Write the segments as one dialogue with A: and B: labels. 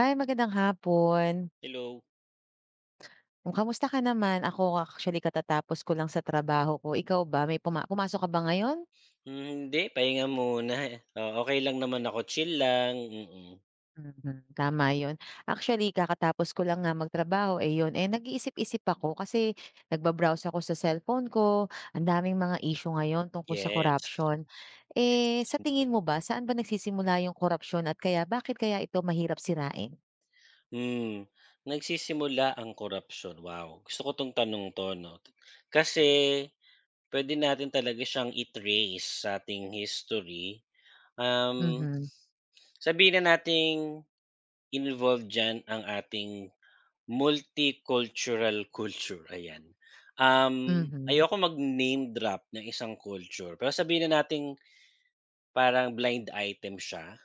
A: Hi, magandang hapon.
B: Hello.
A: Kamusta ka naman? Ako actually katatapos ko lang sa trabaho ko. Ikaw ba, may pumasok ka ba ngayon?
B: Hmm, hindi pahinga muna, eh. Oo, okey lang naman ako, chill lang, mm.
A: Mhm, tama 'yun. Actually kakatapos ko lang nga magtrabaho, eh, 'yun, eh, nag-iisip-isip ako kasi nagbabrowse ako sa cellphone ko, ang daming mga issue ngayon tungkol sa
B: Yes.
A: korapsiyon. Eh, sa tingin mo ba saan ba nagsisimula 'yung korapsiyon at kaya bakit kaya ito mahirap sirain?
B: Hmm, Nagsisimula ang korapsiyon, wow. Gusto ko 'tong tanong 'to 'no. Kasi puwede natin talaga siyang i-trace sa ating history. Um,
A: Mhm,
B: Sabihin na nating involved diyan ang ating multicultural culture, ayan. Um,
A: mhm,
B: Ayoko mag-name drop ng isang culture, pero sabihin na nating parang blind item siya,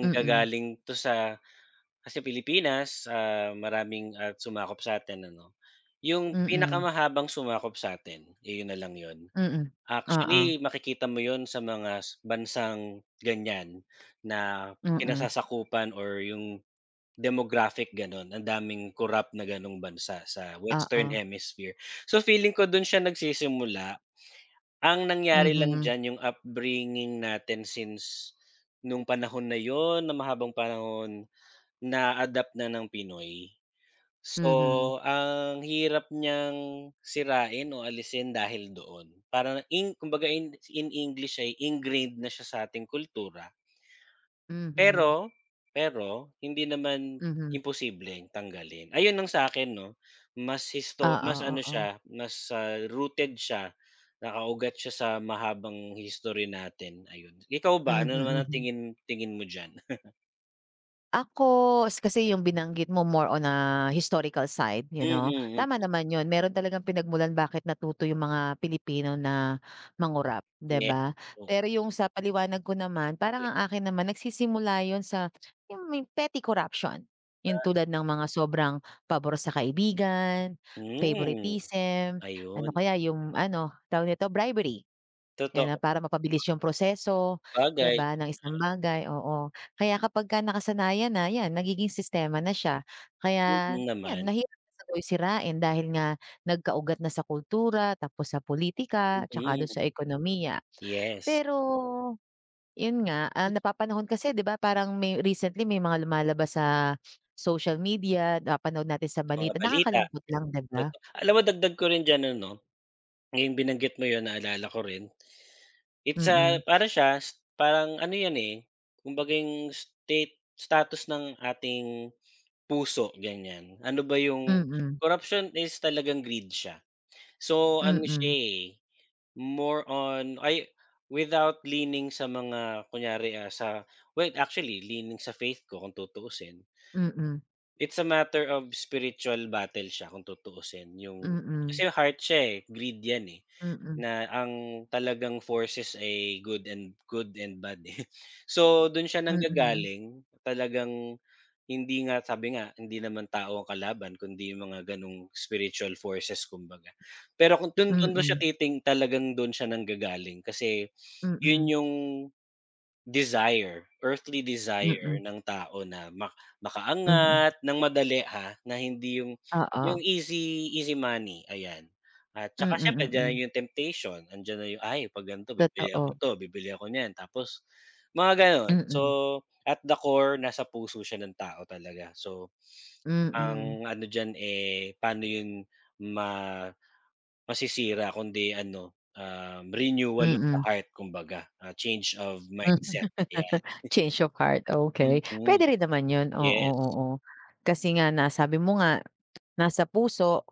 A: mm,
B: 'to sa kasi Pilipinas, maraming at sumakop sa'tin ano, yung
A: mm,
B: pinakamahabang sumakop sa'tin, iyon na lang yun.
A: mm, oo,
B: Actually, makikita mo yun sa mga bansang ganiyan na
A: mm,
B: kinasasakupan or yung demographic gano'n, ang daming korap na gano'ng bansa sa
A: oo.
B: Western Hemisphere. So, feeling ko dun siya nagsisimula, ang nangyari lang
A: Mhm,
B: diyan yung upbringing natin since nung panahon na yon na mahabang panahon na-adapt na ng Pinoy. So,
A: mhm,
B: ang hirap niyang sirain o alisin dahil doon. Parang kumbaga in English ay ingrained na siya sa ating kultura.
A: mhm,
B: Pero, pero hindi naman
A: mhm.
B: imposibleng tanggalin. Ayun ang sa akin 'no, mas
A: Oo,
B: mas ano
A: oo.
B: siya, mas, rooted siya, nakaugat siya sa mahabang history natin, ayun. Ikaw ba,
A: Mhm,
B: ano naman ang
A: mhm.
B: tingin tingin mo diyan?
A: Ako kasi yung binanggit mo more on a historical side, you know?
B: Mm,
A: Tama
B: mm.
A: naman yun, meron talagang pinagmulan bakit natuto yung mga Pilipino na mangurap, 'di
B: Yes.
A: ba?
B: Oh,
A: Pero yung sa paliwanag ko naman, parang
B: sige.
A: ang akin naman nagsisimula yun sa yung may petty corruption. Yung tulad ng mga sobrang pabor sa kaibigan,
B: Hmm,
A: favoritism, ano
B: ayun.
A: kaya yung ano, tawag nito, bribery. 'Yan
B: Totoong
A: na para mapabilis yung proseso, 'di
B: bagay.
A: ba, ng isang bagay, oo. Kaya kapagka nakasanayan na, 'yan nagiging sistema na siya. Kaya
B: Mm
A: 'yan,
B: naman.
A: mahirap na sa tuloy sirain dahil nga nagkaugat na sa kultura, tapos sa politika, tsaka do'n sa
B: Mm,
A: ekonomiya.
B: yes.
A: Pero 'yun nga, ah, napapanahon kasi 'di ba parang may recently may mga lumalabas sa social media, napanood natin sa
B: Mga
A: balita,
B: balita,
A: nakakalungkot lang, 'di ba?
B: alam mo dagdag ko rin diyan ano 'no, ngayong binanggit mo 'yun naalala ko rin. It's a
A: Mm,
B: para siya s- Parang ano 'yan, eh, kumbaga'ng status ng ating puso, ganyan. Ano ba
A: mm,
B: yung
A: mm,
B: corruption? Is talagang greed siya. So, ano siya,
A: mm,
B: eh, more on ay without leaning sa mga kunyari, wait, actually leaning sa faith ko kung tutuusin.
A: mm,
B: It's a matter of spiritual battle siya kung tutuusin yung
A: mm,
B: kasi heart siya, eh, greed 'yan, eh.
A: mm, mm.
B: Na ang talagang forces ay good and bad, eh. So, dun siya
A: Mm, mm,
B: nanggagaling, talagang hindi nga sabi nga, hindi naman tao ang kalaban kundi yung mga ganong spiritual forces kumbaga. Pero kung dun dun siya
A: mm,
B: talagang dun siya nanggagaling, kasi yun
A: mm,
B: yung desire, earthly desire ng tao na
A: mm,
B: makaangat ng madali, ha, na hindi yung
A: oo,
B: easy easy money, ayan. At
A: mm,
B: tsaka siyempre andiyan na
A: mm,
B: yung temptation, andiyan na yung, "Ay 'pag ganito bibili ako
A: totoo,
B: to, bibili ako niyan." Tapos mga gano'n. So,
A: mm,
B: at the core nasa puso siya ng tao talaga. So,
A: mm,
B: ang ano diyan, eh, paano yun ma masisira kundi ano, renewal of the
A: mm,
B: heart kumbaga, change of mindset, ayan.
A: change of heart, okey.
B: Mm,
A: Puwede rin naman 'yun, oo,
B: yes.
A: oo. Kasi nga na sabi mo nga, nasa puso,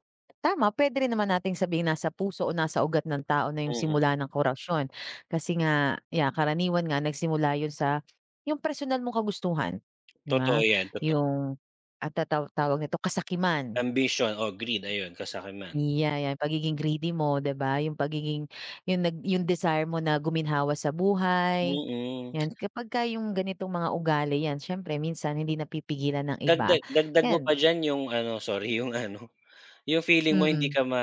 A: tama puwede rin naman nating sabihing nasa puso o nasa ugat ng tao na 'yung
B: Mm,
A: simula ng korupsyon. Kasi nga, yeah, karaniwan nga nagsimula 'yun sa 'yung personal mong kagustuhan, 'di
B: totoo
A: ba?
B: 'yan, totoo.
A: 'Yung, ah, tawag nito kasakiman.
B: Ambition o greed, ayun, kasakiman.
A: Yeah, yan pagiging greedy mo, 'di ba? Yung pagiging yung nag yung desire mo na guminhawa sa buhay,
B: Mm,
A: yan. Kapagka yung ganitong mga ugali yan siyempre minsan hindi napipigilan ng iba,
B: dagdag dagdag mo pa
A: yan.
B: diyan yung ano, sorry, yung ano, yung feeling mo hindi
A: Mm.
B: ka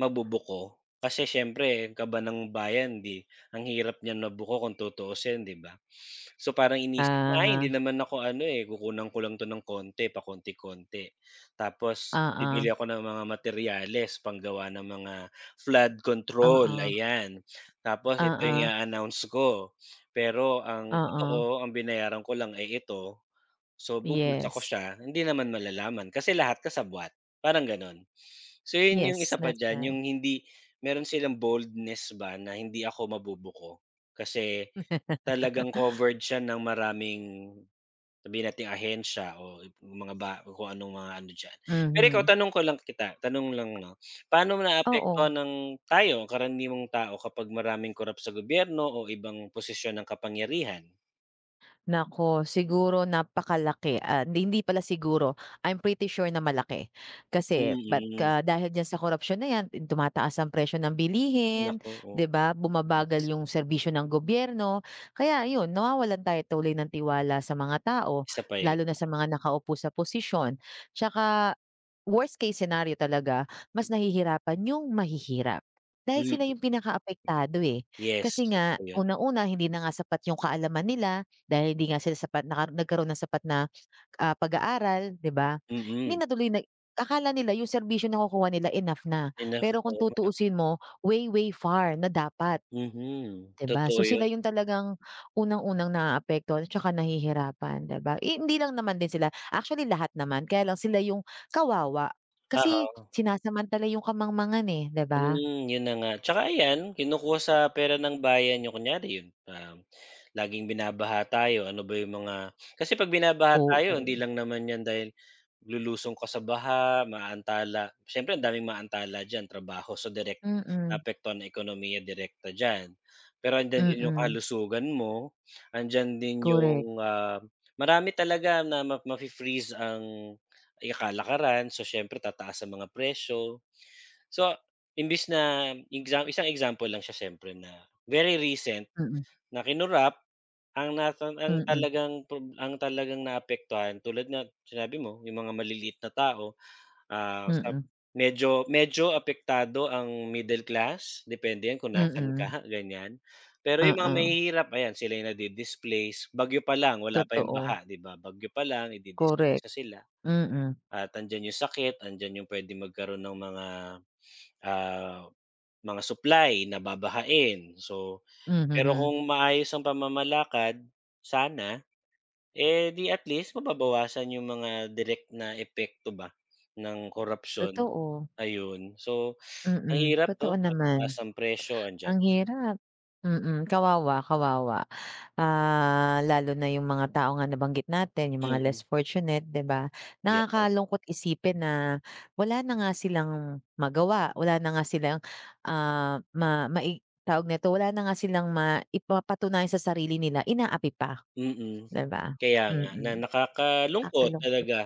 B: mabubuko kasi siyempre kaba ng bayan 'di ang hirap niyan mabuko kung tutuusin, 'di ba? So, parang inisip mo, "Ay hindi
A: Ah,
B: naman ako ano, eh, kukunan ko lang 'to ng konti, pakonti-konti, tapos
A: oo,
B: bibili ako ng mga materyales panggawa ng mga flood control,"
A: oo,
B: ayan. "Tapos ito yung
A: oo,
B: i-a-announce ko pero ang
A: oo,
B: totoo ang binayaran ko lang ay ito." So, bubulsa ko
A: yes.
B: siya, hindi naman malalaman kasi lahat kasabwat, parang gano'n. So, yun yung
A: Yes,
B: isa pa
A: that's
B: diyan,
A: right.
B: yung hindi, meron silang boldness ba na hindi ako mabubuko kasi talagang covered siya ng maraming, sabihin nating ahensya o mga ba kung anong mga ano diyan. Pero ikaw,
A: Mhm,
B: tanong lang 'no, paano
A: oo.
B: naapektuhan ng tayo, karaniwang tao kapag maraming korap sa gobyerno o ibang posisyon ng kapangyarihan?
A: Naku, siguro napakalaki, ah, hindi hindi pala siguro, I'm pretty sure na malaki. Kasi but
B: Mm,
A: ka dahil diyan sa korupsiyon na 'yan, tumataas ang presyo ng bilihin,
B: naku, oo,
A: 'di ba,
B: yes.
A: bumabagal yung serbisyo ng gobyerno. Kaya yun, nawawalan tayo tuloy ng tiwala sa mga tao,
B: Isa pa yun,
A: lalo na sa mga nakaupo sa posisyon. Tsaka, worst case scenario talaga, mas nahihirapan yung mahihirap. Dahil sila
B: mm.
A: yung pinaka apektado eh.
B: Yes,
A: Kasi nga,
B: totoo yun.
A: unang-una hindi na nga sapat yung kaalaman nila dahil hindi nga sila sapat nagkaroon ng sapat na, ah, pag-aaral, 'di ba? Hindi
B: Mm,
A: na tuloy akala nila yung serbisyo nakukuha nila enough na,
B: enough,
A: pero kung
B: oo nga,
A: tutuusin mo, way, way far na dapat.
B: mhm,
A: 'Di ba? So,
B: totoo
A: sila
B: yun,
A: yung talagang unang-unang naaapektuhan at tsaka nahihirapan, 'di ba? Eh, hindi lang naman din sila, actually lahat naman kaya lang sila yung kawawa kasi
B: oo.
A: sinasamantala yung kamangmangan, eh, 'di ba?
B: Hmm, yun na nga. Tsaka ayan, kinukuha sa pera ng bayan yung kunyari yun, laging binabaha tayo, ano ba yung mga kasi 'pag binabaha tayo hindi
A: Oo,
B: lang naman yan dahil lulusong ka sa baha, maantala. Siyempre ang daming maantala diyan, trabaho, so direct
A: mm,
B: naapektuhan na ekonomiya direkta diyan. Pero andiyan din yung
A: mm,
B: kalusugan mo, andiyan din
A: correct,
B: yung, marami talaga na mafi-freeze ang, eh, kalakaran, so siyempre tataas ang mga presyo. So, imbis na isang example lang siya siyempre na very recent
A: mm,
B: na kinu ang nata ang
A: mm,
B: talagang prob ang talagang naapektuhan tulad na sinabi mo, yung mga maliliit na tao, ah, sa
A: mm,
B: medyo medyo apektado ang middle class, depende yan kung nasaan ka,
A: mm,
B: ganyan. Pero yung mga
A: oo,
B: mahihirap, ayan, sila yung nadi-displace. Bagyo pa lang, wala pa yung
A: totoo,
B: baha, 'di ba? Bagyo pa lang, i-di-displace
A: correct,
B: na sila.
A: mm,
B: At andiyan yung sakit, andiyan yung puwedeng magkaroon ng mga, ah, mga supply na babahain. So, pero
A: mhm,
B: kung maayos ang pamamalakad sana, eh, di at least mababawasan yung mga direct na epekto ba ng korupsyon,
A: totoo,
B: ayun. So, ang
A: mm,
B: hirap 'no,
A: totoo naman.
B: pagtaas ng presyo andiyan.
A: Ang hirap. Mm, kawawa, kawawa. Ah, lalo na yung mga tao nga nabanggit natin, yung mga less
B: Mm,
A: fortunate, 'di ba?
B: yan,
A: Nakakalungkot isipin na wala na nga silang magawa, wala na nga silang, ah, ma mai tawag nito, wala na nga silang maipapatunayan sa sarili nila, inaapi pa,
B: mm.
A: 'di ba?
B: Kaya nga na
A: Mm,
B: nakakalungkot
A: nakakalungkot.
B: talaga,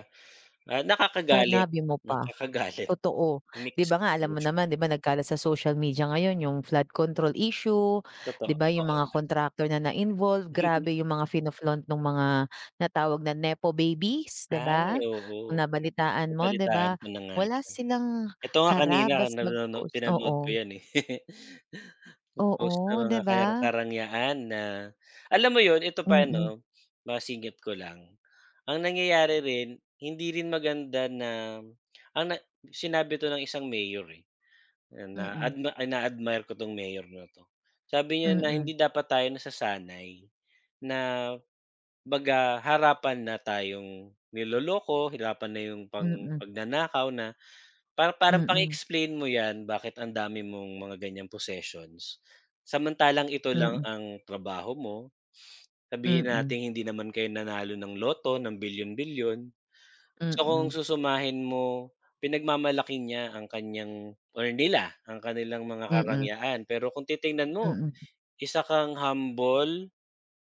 B: nakakagalit,
A: Sanabi mo pa.
B: nakakagalit,
A: Totoo. 'Di
B: mixed
A: ba nga alam mo
B: emotion,
A: naman, 'di ba nagkalat sa social media ngayon yung flood control issue,
B: totoo,
A: 'di ba yung mga contractor na na-involve,
B: mm.
A: grabe yung mga fino-flaunt nung mga natawag na nepo babies, 'di ba?
B: Ay, oo.
A: Kung nabalitaan mo 'di ba?
B: Nabalitaan ko na nga
A: Wala
B: 'yan.
A: silang
B: Eto nga kanina
A: harap bas mag-post,
B: pinanood ko
A: oo,
B: 'yan, eh. Nag-post ng
A: oo 'di
B: mga
A: ba?
B: karangyaan na alam mo 'yun, ito pa
A: Mm,
B: 'no, masingit ko lang. Ang nangyayari rin, hindi rin maganda na ang sinabi 'to ng isang mayor, eh,
A: mm,
B: na
A: mm,
B: ina-admire ko 'tong mayor na 'to. Sabi niya na
A: mm,
B: hindi dapat tayo nasasanay na baga harapan na tayong niloloko, harapan na yung
A: mm,
B: pagnanakaw, na para parang
A: mm,
B: explain mo yan bakit ang dami mong mga ganyang possessions. Samantalang ito
A: mm,
B: lang
A: mm,
B: ang trabaho mo. Sabihin
A: mm,
B: nating hindi naman kayo nanalo ng loto ng bilyon-bilyon. So kung
A: mm,
B: susumahin mo, pinagmamalaki niya ang kaniyang, or nila ang kanilang mga
A: mm,
B: karangyaan. Pero kung titingnan mo, isa kang humble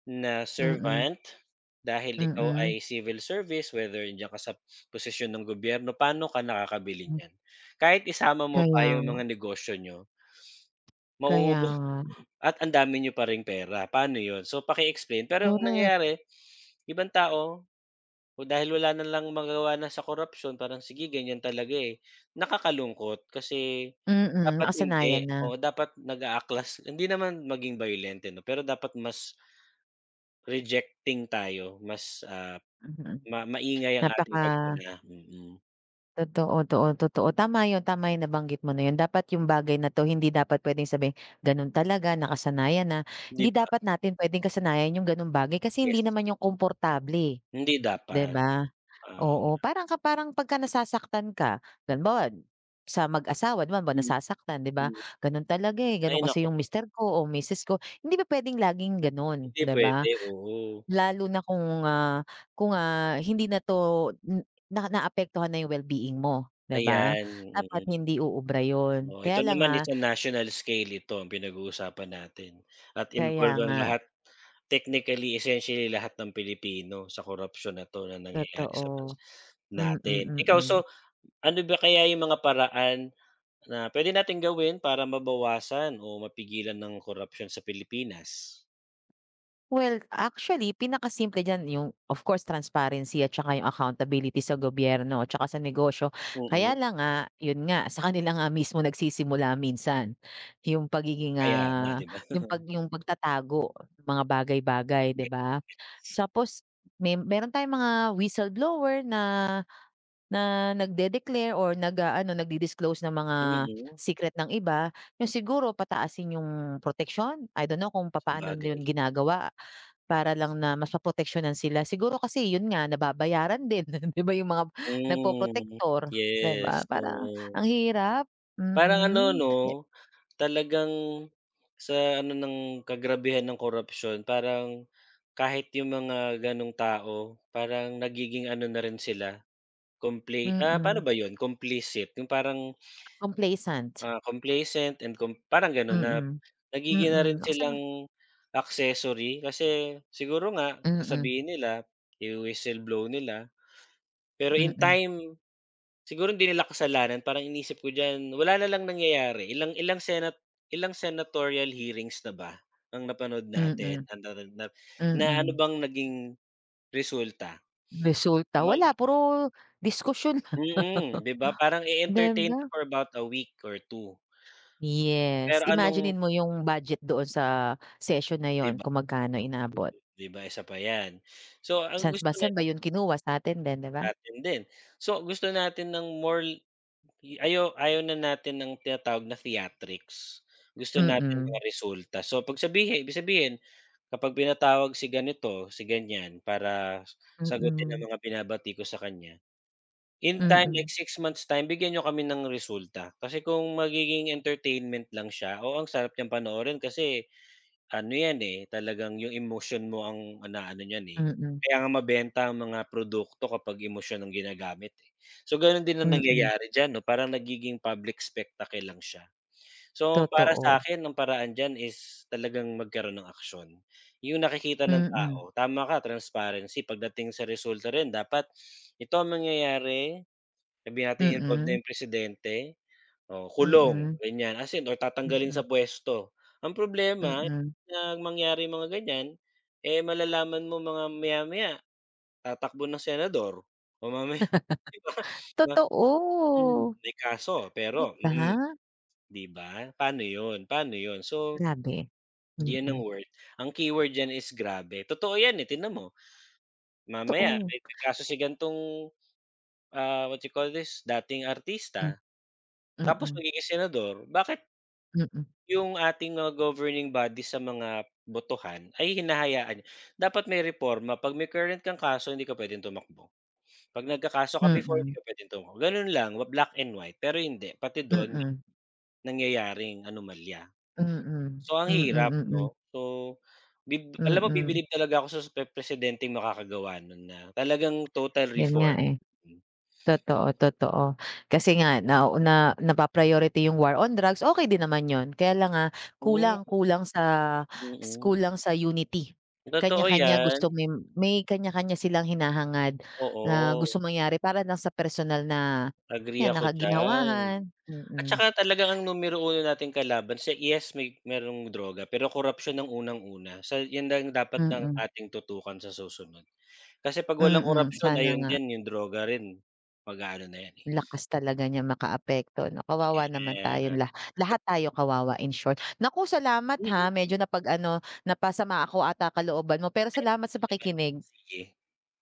B: na servant, dahil ikaw
A: mm,
B: ay civil service, whether nandiyan ka sa posisyon ng gobyerno, paano ka nakakabili
A: mm.
B: niyan? Kahit isama mo pa
A: kaya
B: yung mga negosyo nyo
A: Kaya
B: mauubos
A: nga,
B: at ang dami niyo pa ring pera, paano yun? So paki-explain, pero ang
A: correct.
B: nangyayari, ibang tao, o dahil wala na lang magawa na sa korupsyon parang sige ganyan talaga, eh. Nakakalungkot kasi
A: Mm,
B: dapat
A: nakasanayan
B: hindi,
A: na.
B: o dapat nag-aaklas, hindi naman maging bayolente 'no, pero dapat mas rejecting tayo, mas,
A: Mm,
B: maingay ang
A: napaka
B: ating pagpuna, mm,
A: totoo totoo totoo. Tama yun, tama yung nabanggit mo na yun. Dapat yung bagay na 'to hindi dapat puwedeng sabihing, "Ganun talaga, nakasanayan na."
B: 'di
A: Hindi
B: ba?
A: dapat natin puwedeng kasanayan yung gano'ng bagay kasi hindi
B: Yes,
A: naman yung komportable,
B: hindi
A: 'di
B: dapat,
A: ba?
B: um,
A: Oo, parang parang pagka nasasaktan ka, halimbawa sa mag-asawa 'di ba 'pag
B: mm,
A: nasasaktan 'di ba,
B: mm.
A: "Ganun talaga, eh, ganun
B: Ay
A: kasi
B: naku,
A: yung mister ko o misis ko." Hindi ba puwedeng laging gano'n,
B: hindi
A: 'di ba?
B: puwede, oo,
A: Lalo na kung hindi na 'to n na naapektuhan na yung well-being mo, 'di ba?
B: ayan,
A: Dapat
B: mm.
A: hindi uubra yun.
B: Oh,
A: Kaya
B: ito
A: lang
B: naman is
A: nga
B: on national scale, ito ang pinag-uusapan natin at
A: kaya
B: involved ang
A: nga,
B: lahat, technically, essentially lahat ng Pilipino sa korupsiyon na 'to na nangyayari sa
A: totoo.
B: bansa
A: Mm,
B: natin.
A: mm.
B: Ikaw, so
A: Mm.
B: ano ba kaya yung mga paraan na puwede nating gawin para mabawasan o mapigilan ng korupsyon sa Pilipinas?
A: Well, actually pinakasimple diyan yung of course transparency at saka yung accountability sa gobyerno at saka sa negosyo. Kaya
B: Mm,
A: lang nga, yun nga, sa kanila nga mismo nagsisimula minsan yung pagiging,
B: kaya nga
A: ah,
B: 'di ba?
A: yung pagtatago ng mga bagay-bagay, 'di ba? Tapos meron tayong mga whistleblower na na nagde-declare or nag-aano, nagdi-disclose ng mga
B: Mm,
A: secret ng iba, yung siguro pataasin yung proteksyon, I don't know kung papaano yun
B: sabagay.
A: ginagawa para lang na mas maproteksiyonan sila. Siguro kasi yun nga nababayaran din, 'di ba, yung mga nagpo
B: Hmm,
A: protector, 'di ba?
B: yes,
A: Parang
B: oo.
A: ang hirap,
B: Parang ano
A: mhm,
B: 'no, talagang sa ano ng kagrabihan ng korupsyon parang kahit yung mga gano'ng tao parang nagiging ano na rin sila, paano
A: mm,
B: ba yon, complicit, yung parang,
A: complacent,
B: Complacent, and parang gano'n na
A: mm,
B: nagiging na
A: mm.
B: rin
A: Nakasana
B: silang accessory, kasi siguro nga
A: mm,
B: sasabihin nila, i-whistle blow nila, pero in
A: mm,
B: time siguro hindi nila kasalanan, parang iniisip ko diyan wala na lang nangyayari, ilang ilang senat ilang senatorial hearings na ba ang napanood natin
A: mm,
B: na na na ano
A: mm.
B: bang naging resulta,
A: Resulta
B: mag
A: wala puro diskusyon.
B: 'di ba parang
A: 'Di
B: i-entertain
A: ba?
B: ka for about a week or two,
A: Yes,
B: pero anong
A: imaginin mo yung budget doon sa session na
B: 'di
A: yun
B: ba?
A: kung magkano inabot.
B: 'Di ba, isa pa 'yan. So, ang
A: Saan ba
B: gusto na
A: saan ba yun kinuha sa'tin din, 'di ba?
B: natin din so, gusto natin ng more, ayaw na natin ng tinatawag na theatrics. Gusto natin mga
A: Mm,
B: resulta. So, 'pag sabihin ibig sabihin kapag pinatawag si ganito, si ganyan para sagutin ang
A: mm,
B: mga binabati ko sa kanya, in time, like
A: mm,
B: six months time, bigyan nyo kami ng resulta. Kasi kung magiging entertainment lang siya, o ang sarap niyang panoorin kasi ano yan, eh, talagang yung emotion mo ang inaano niyan, eh.
A: mm,
B: Kaya nga mabenta ang mga produkto kapag emosyon ang ginagamit, eh. So, gano'n din ang
A: mm,
B: nangyayari diyan 'no, parang nagiging public spectacle lang siya. So, para sa
A: totoo.
B: akin ang paraan diyan is talagang magkaroon ng aksiyon. Yung nakikita ng
A: Mm,
B: tao, tama ka, transparency pagdating sa resulta rin dapat, "Ito ang mangyayari," sabihin natin involved na
A: mm,
B: yung presidente, oh, kulong
A: mm,
B: ganyan, as in, or tatanggalin
A: mm,
B: sa puwesto. Ang problema
A: mm,
B: na mangyari mga ganyan, eh, malalaman mo mga maya-maya tatakbo ng senador o mamaya 'di ba na
A: totoo,
B: may kaso
A: 'di
B: pero
A: ba?
B: 'di ba? Paano 'yun, paano 'yun? So,
A: Grabe,
B: diyan ang
A: mm,
B: word ang keyword diyan is grabe. Totoo 'yan, eh, tignan mo mamaya
A: totoo.
B: may kaso si gan'tong, what you call this, dating
A: Hmm,
B: artista tapos
A: mm,
B: magiging senador, bakit
A: mm, mm,
B: yung ating mga governing body sa mga botohan ay hinahayaan niya. Dapat may reforma, 'pag may current kang kaso hindi ka puwedeng tumakbo, 'pag nagkakaso ka before hindi
A: mm,
B: ka puwedeng tumakbo, gano'n lang, black and white. Pero hindi, pati do'n may
A: mm,
B: nangyayaring anomalya.
A: mm,
B: So ang hirap
A: mm,
B: 'no, so
A: mm,
B: alam mo
A: mm.
B: bibilib talaga ako sa presidenteng makakagawa nun na talagang total
A: Yun nga
B: reform.
A: eh.
B: Mm,
A: Totoo, totoo. Kasi nga nau na napa-priority yung war on drugs, okay din naman yun. Kaya lang nga kulang
B: mm,
A: kulang sa
B: mm.
A: kulang sa unity.
B: Totoo
A: Kanya-kanya
B: 'yan,
A: gusto may kanya-kanya silang hinahangad na
B: oo,
A: gustong mangyari para lang sa personal na
B: agree
A: yan na
B: ako diyan.
A: kaginawahan.
B: At
A: Mm,
B: saka talagang ang numero 1 nating kalaban siya, yes, may merong droga, pero korapsiyon ang unang-una. So, 'yan lang dapat ng
A: mm,
B: ating tutukan sa susunod. Kasi 'pag walang
A: mm,
B: korapsiyon,
A: sana
B: ayun
A: nga.
B: din, yung droga rin mag-aano na 'yan, eh,
A: Lakas talaga niya makaapekto 'no, kawawa naman tayong
B: kaya
A: lahat tayo kawawa in short. Naku, salamat ha,
B: mm.
A: medyo napag ano napasama ako ata kalooban mo pero
B: Ayun.
A: salamat sa pakikinig.
B: Sige.